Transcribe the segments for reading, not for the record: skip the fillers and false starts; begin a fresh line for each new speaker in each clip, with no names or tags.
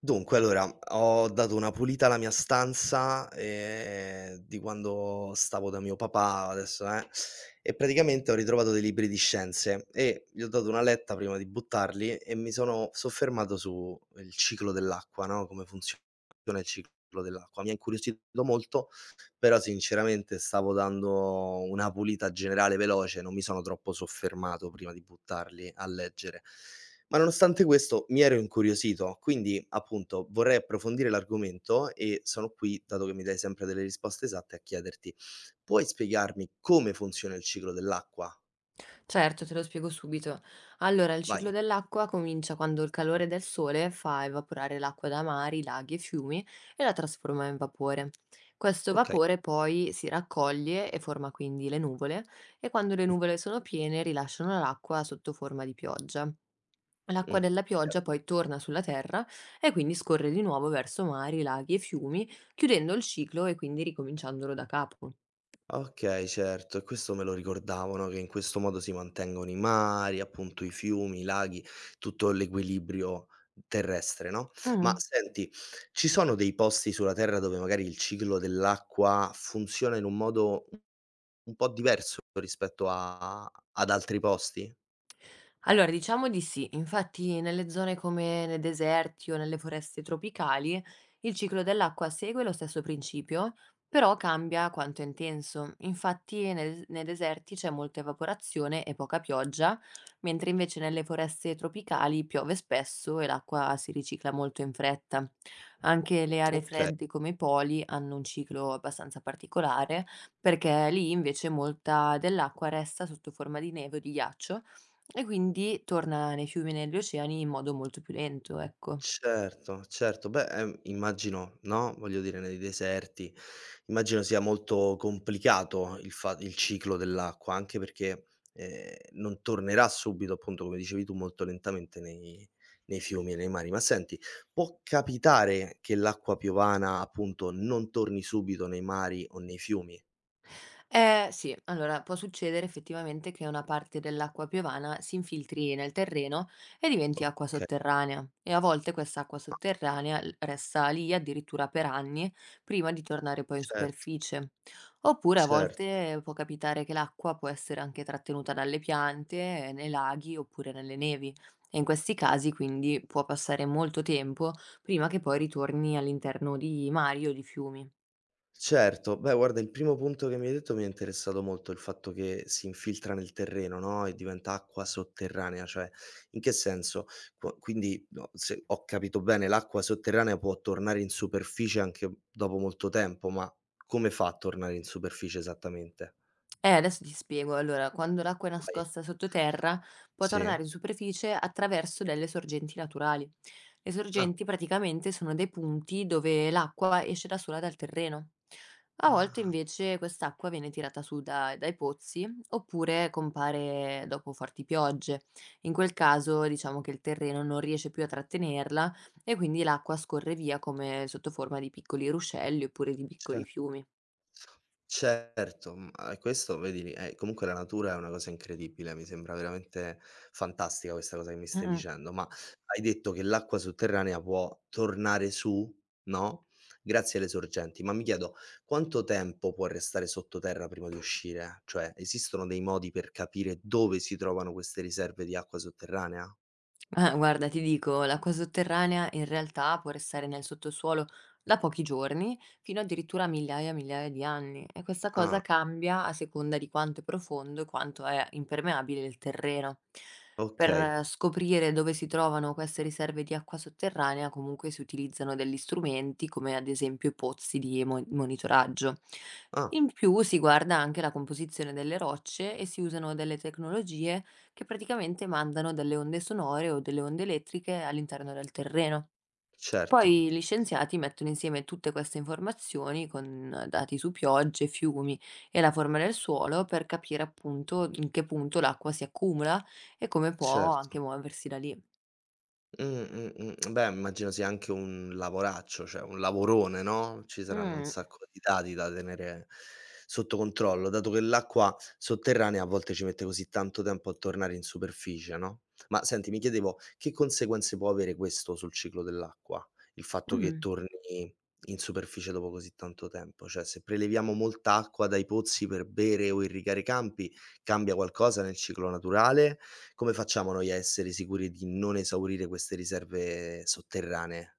Dunque, allora, ho dato una pulita alla mia stanza, di quando stavo da mio papà, adesso e praticamente ho ritrovato dei libri di scienze e gli ho dato una letta prima di buttarli e mi sono soffermato su il ciclo dell'acqua, no, come funziona il ciclo dell'acqua. Mi ha incuriosito molto, però sinceramente stavo dando una pulita generale veloce, non mi sono troppo soffermato prima di buttarli a leggere. Ma nonostante questo mi ero incuriosito, quindi appunto vorrei approfondire l'argomento e sono qui, dato che mi dai sempre delle risposte esatte, a chiederti: puoi spiegarmi come funziona il ciclo dell'acqua?
Certo, te lo spiego subito. Allora, il ciclo
Vai.
dell'acqua comincia quando il calore del sole fa evaporare l'acqua da mari, laghi e fiumi e la trasforma in vapore. Questo
Okay.
vapore poi si raccoglie e forma quindi le nuvole e quando le nuvole sono piene rilasciano l'acqua sotto forma di pioggia.
Mh.
L'acqua della
Chiaro.
pioggia poi torna sulla terra e quindi scorre di nuovo verso mari, laghi e fiumi, chiudendo il ciclo e quindi ricominciandolo da capo.
Okay, certo, e questo me lo ricordavo, no, che in questo modo si mantengono i mari, appunto i fiumi, i laghi, tutto l'equilibrio terrestre, no, ma
Mm.
senti, ci sono dei posti sulla terra dove magari il ciclo dell'acqua funziona in un modo un po' diverso rispetto a ad altri posti?
Allora, diciamo di sì. Infatti nelle zone come nei deserti o nelle foreste tropicali, il ciclo dell'acqua segue lo stesso principio, però cambia quanto è intenso. Infatti nei deserti c'è molta evaporazione e poca pioggia, mentre invece nelle foreste tropicali piove spesso e l'acqua si ricicla molto in fretta. Anche le aree
Okay,
fredde come i poli hanno un ciclo abbastanza particolare, perché lì invece molta dell'acqua resta sotto forma di neve o di ghiaccio e quindi torna nei fiumi e negli oceani in modo molto più lento, ecco.
certo, certo. Beh, immagino, no, voglio dire nei deserti, immagino sia molto complicato il fa il ciclo dell'acqua, anche perché, non tornerà subito, appunto, come dicevi tu, molto lentamente nei fiumi e nei mari. Ma senti, può capitare che l'acqua piovana, appunto, non torni subito nei mari o nei fiumi?
Eh sì, allora può succedere effettivamente che una parte dell'acqua piovana si infiltri nel terreno e diventi acqua
Okay.
sotterranea e a volte questa acqua
Ah,
sotterranea resta lì addirittura per anni prima di tornare poi in
certo,
superficie. Oppure a
certo.
volte può capitare che l'acqua può essere anche trattenuta dalle piante, nei laghi oppure nelle nevi e in questi casi quindi può passare molto tempo prima che poi ritorni all'interno di mari o di fiumi.
Certo, beh guarda il primo punto che mi hai detto mi è interessato molto, il fatto che si infiltra nel terreno, no, e diventa acqua sotterranea, cioè in che senso? Qu Quindi, no, se ho capito bene, l'acqua sotterranea può tornare in superficie anche dopo molto tempo, ma come fa a tornare in superficie esattamente?
Adesso ti spiego. Allora, quando l'acqua è
Vai.
nascosta sottoterra, può
Sì?
tornare in superficie attraverso delle sorgenti naturali. Le
Ah.
sorgenti praticamente sono dei punti dove l'acqua esce da sola dal terreno. A volte
Ah,
invece quest'acqua viene tirata su dai pozzi oppure compare dopo forti piogge. In quel caso diciamo che il terreno non riesce più a trattenerla e quindi l'acqua scorre via come sotto forma di piccoli ruscelli oppure di piccoli
cer
fiumi.
certo, mhmm, a questo vedi, comunque la natura è una cosa incredibile, mi sembra veramente fantastica questa cosa che mi
Mm,
stai
mm.
dicendo, ma hai detto che l'acqua sotterranea può tornare su, no, grazie alle sorgenti, ma mi chiedo quanto tempo può restare sottoterra prima di uscire? Cioè, esistono dei modi per capire dove si trovano queste riserve di acqua sotterranea?
Ah, guarda, ti dico, l'acqua sotterranea in realtà può restare nel sottosuolo da pochi giorni fino addirittura a migliaia e migliaia di anni e questa cosa
Ah,
cambia a seconda di quanto è profondo e quanto è impermeabile il terreno. Per
okay.
scoprire dove si trovano queste riserve di acqua sotterranea comunque si utilizzano degli strumenti come ad esempio i pozzi di monitoraggio.
Ah,
In più si guarda anche la composizione delle rocce e si usano delle tecnologie che praticamente mandano delle onde sonore o delle onde elettriche all'interno del terreno.
certo,
Poi gli scienziati mettono insieme tutte queste informazioni con dati su piogge, fiumi e la forma del suolo per capire appunto in che punto l'acqua si accumula e come può
certo.
anche muoversi da lì.
Mh, mh, Beh, immagino sia anche un lavoraccio, cioè un lavorone, no, ci saranno un
Mm,
sacco di dati da tenere sotto controllo, dato che l'acqua sotterranea a volte ci mette così tanto tempo a tornare in superficie, no? Ma senti, mi chiedevo che conseguenze può avere questo sul ciclo dell'acqua, il fatto che
mm.
torni in superficie dopo così tanto tempo? Cioè, se preleviamo molta acqua dai pozzi per bere o irrigare i campi, cambia qualcosa nel ciclo naturale? Come facciamo noi a essere sicuri di non esaurire queste riserve sotterranee?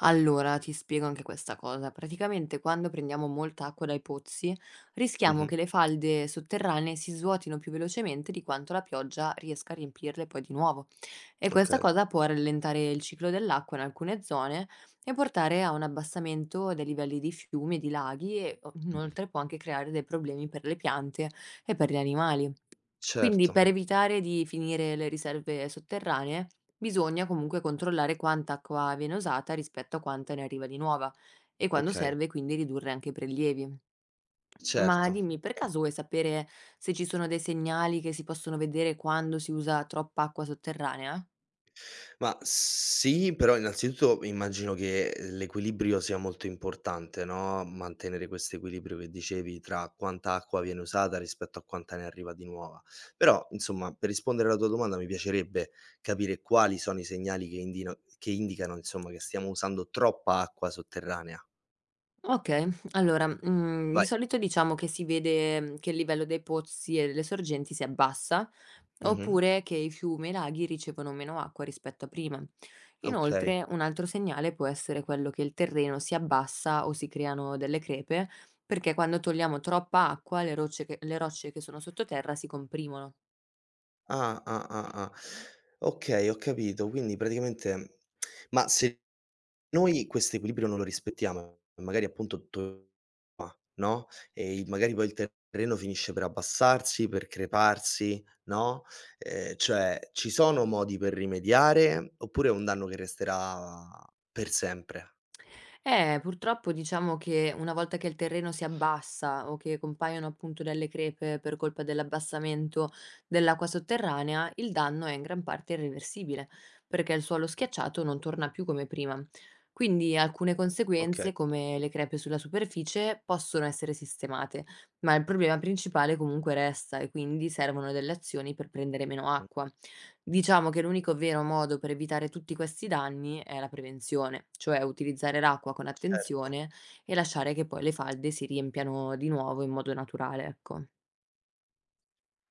Allora, ti spiego anche questa cosa. Praticamente quando prendiamo molta acqua dai pozzi, rischiamo
Mh-mh.
che le falde sotterranee si svuotino più velocemente di quanto la pioggia riesca a riempirle poi di nuovo. E questa
Okay.
cosa può rallentare il ciclo dell'acqua in alcune zone e portare a un abbassamento dei livelli di fiumi e di laghi e
Mh-mh.
inoltre può anche creare dei problemi per le piante e per gli animali. Quindi
Certo,
per evitare di finire le riserve sotterranee, bisogna comunque controllare quanta acqua viene usata rispetto a quanta ne arriva di nuova e quando
okay,
serve quindi ridurre anche i prelievi. Ma
certo.
dimmi, per caso vuoi sapere se ci sono dei segnali che si possono vedere quando si usa troppa acqua sotterranea?
Ma sì, però innanzitutto immagino che l'equilibrio sia molto importante, no, mantenere questo equilibrio che dicevi tra quanta acqua viene usata rispetto a quanta ne arriva di nuova. Però, insomma, per rispondere alla tua domanda mi piacerebbe capire quali sono i segnali che indicano, insomma, che stiamo usando troppa acqua sotterranea.
Okay, allora, di
Vai.
solito diciamo che si vede, che il livello dei pozzi e delle sorgenti si abbassa,
Mh-mh.
oppure che i fiumi e i laghi ricevono meno acqua rispetto a prima.
Okay.
Inoltre, un altro segnale può essere quello che il terreno si abbassa o si creano delle crepe, perché quando togliamo troppa acqua le rocce che sono sottoterra si comprimono.
Ah, ah, ah, ah. Okay, ho capito. Quindi praticamente ma se noi questo equilibrio non lo rispettiamo e magari appunto no, e il magari poi il terreno finisce per abbassarsi, per creparsi, no, cioè ci sono modi per rimediare oppure è un danno che resterà per sempre?
Purtroppo diciamo che una volta che il terreno si abbassa o che compaiono appunto delle crepe per colpa dell'abbassamento dell'acqua sotterranea, il danno è in gran parte irreversibile, perché il suolo schiacciato non torna più come prima. Quindi alcune
Okay,
conseguenze, come le crepe sulla superficie, possono essere sistemate, ma il problema principale comunque resta e quindi servono delle azioni per prendere meno
mh,
acqua. Diciamo che l'unico vero modo per evitare tutti questi danni è la prevenzione, cioè utilizzare l'acqua con
certo.
attenzione e lasciare che poi le falde si riempiano di nuovo in modo naturale, ecco.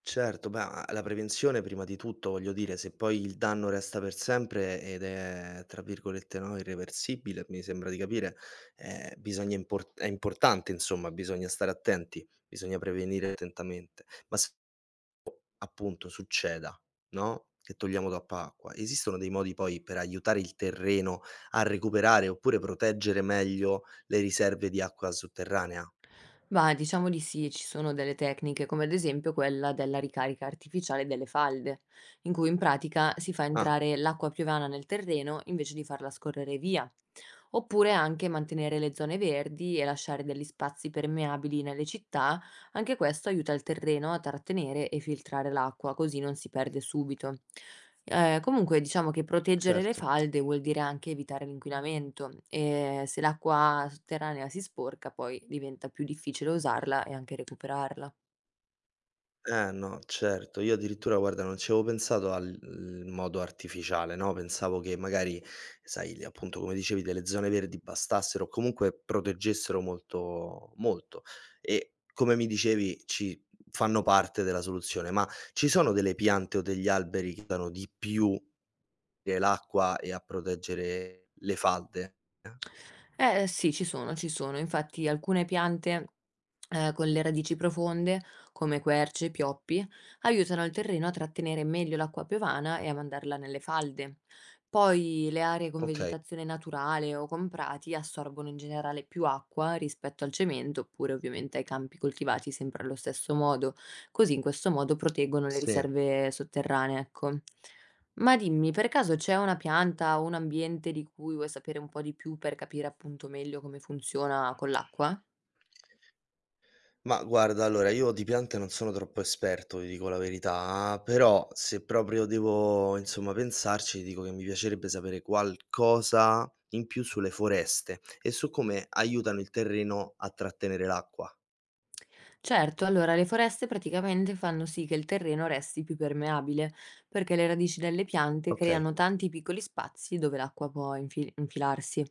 Certo, beh, a la prevenzione prima di tutto, voglio dire, se poi il danno resta per sempre ed è tra virgolette, no, "irreversibile", mi sembra di capire, bisogna impor è importante insomma, bisogna stare attenti, bisogna prevenire attentamente. Ma se appunto succeda, no, che togliamo troppa acqua, esistono dei modi poi per aiutare il terreno a recuperare oppure proteggere meglio le riserve di acqua sotterranea?
Ma diciamo di sì, ci sono delle tecniche, come ad esempio quella della ricarica artificiale delle falde, in cui in pratica si fa
Ah,
entrare l'acqua piovana nel terreno invece di farla scorrere via. Oppure anche mantenere le zone verdi e lasciare degli spazi permeabili nelle città. Anche questo aiuta il terreno a trattenere e filtrare l'acqua, così non si perde subito. Comunque diciamo che proteggere le
certo.
falde vuol dire anche evitare l'inquinamento e se l'acqua sotterranea si sporca poi diventa più difficile usarla e anche recuperarla.
Eh no, certo. Io addirittura guarda non ci avevo pensato al l modo artificiale, no, pensavo che magari, sai, le appunto come dicevi delle zone verdi bastassero o comunque proteggessero molto molto e come mi dicevi ci fanno parte della soluzione. Ma ci sono delle piante o degli alberi che danno di più l'acqua e a proteggere le falde? Eh,
Eh sì, ci sono. Infatti alcune piante, con le radici profonde, come querce e pioppi, aiutano il terreno a trattenere meglio l'acqua piovana e a mandarla nelle falde. Poi le aree con
okay,
vegetazione naturale o con prati assorbono in generale più acqua rispetto al cemento, oppure ovviamente ai campi coltivati sempre allo stesso modo. Così in questo modo proteggono le
sì.
riserve sotterranee, ecco. Ma dimmi, per caso c'è una pianta o un ambiente di cui vuoi sapere un po' di più per capire appunto meglio come funziona con l'acqua?
Ma guarda, allora io di piante non sono troppo esperto, ti dico la verità, però se proprio devo insomma pensarci, ti dico che mi piacerebbe sapere qualcosa in più sulle foreste e su come aiutano il terreno a trattenere l'acqua.
Certo, allora le foreste praticamente fanno sì che il terreno resti più permeabile, perché le radici delle piante
Okay,
creano tanti piccoli spazi dove l'acqua può infilarsi.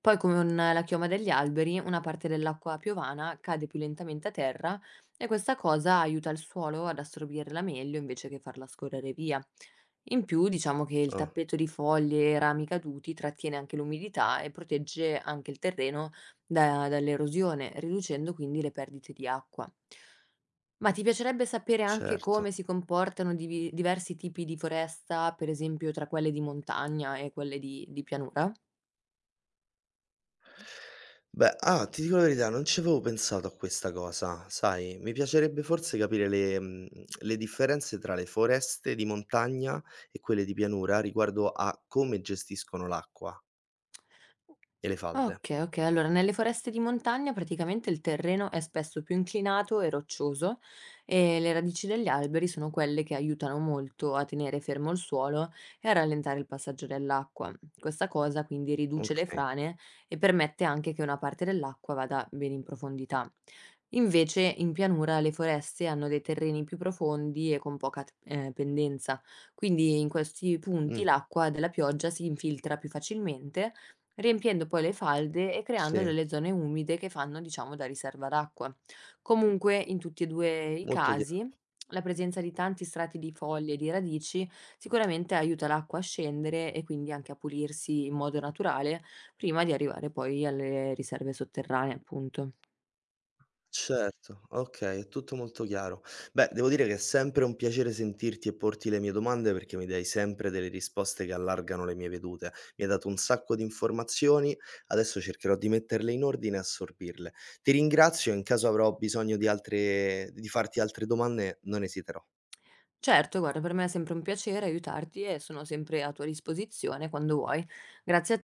Poi, come la chioma degli alberi, una parte dell'acqua piovana cade più lentamente a terra e questa cosa aiuta il suolo ad assorbirla meglio invece che farla scorrere via. In più, diciamo che il
ah,
tappeto di foglie e rami caduti trattiene anche l'umidità e protegge anche il terreno da dall'erosione, riducendo quindi le perdite di acqua. Ma ti piacerebbe sapere anche
certo.
come si comportano divi diversi tipi di foresta, per esempio tra quelle di montagna e quelle di pianura?
Beh, ah, ti dico la verità, non ci avevo pensato a questa cosa, sai, mi piacerebbe forse capire le mhmm, le differenze tra le foreste di montagna e quelle di pianura riguardo a come gestiscono l'acqua e le falde.
Okay, okay. Allora, nelle foreste di montagna praticamente il terreno è spesso più inclinato e roccioso e le radici degli alberi sono quelle che aiutano molto a tenere fermo il suolo e a rallentare il passaggio dell'acqua. Questa cosa quindi riduce le
Okay.
frane e permette anche che una parte dell'acqua vada bene in profondità. Invece in pianura le foreste hanno dei terreni più profondi e con poca pendenza, quindi in questi punti
Mh,
l'acqua della pioggia si infiltra più facilmente riempiendo poi le falde e creando
sì,
delle zone umide che fanno, diciamo, da riserva d'acqua. Comunque, in tutti e due i
molto
casi,
chiaro.
la presenza di tanti strati di foglie e di radici sicuramente aiuta l'acqua a scendere e quindi anche a pulirsi in modo naturale prima di arrivare poi alle riserve sotterranee, appunto.
Certo, okay, è tutto molto chiaro. Beh, devo dire che è sempre un piacere sentirti e porti le mie domande perché mi dai sempre delle risposte che allargano le mie vedute. Mi hai dato un sacco di informazioni, adesso cercherò di metterle in ordine e assorbirle. Ti ringrazio e in caso avrò bisogno di altre di farti altre domande non esiterò.
Certo, guarda, per me è sempre un piacere aiutarti e sono sempre a tua disposizione quando vuoi. Grazie a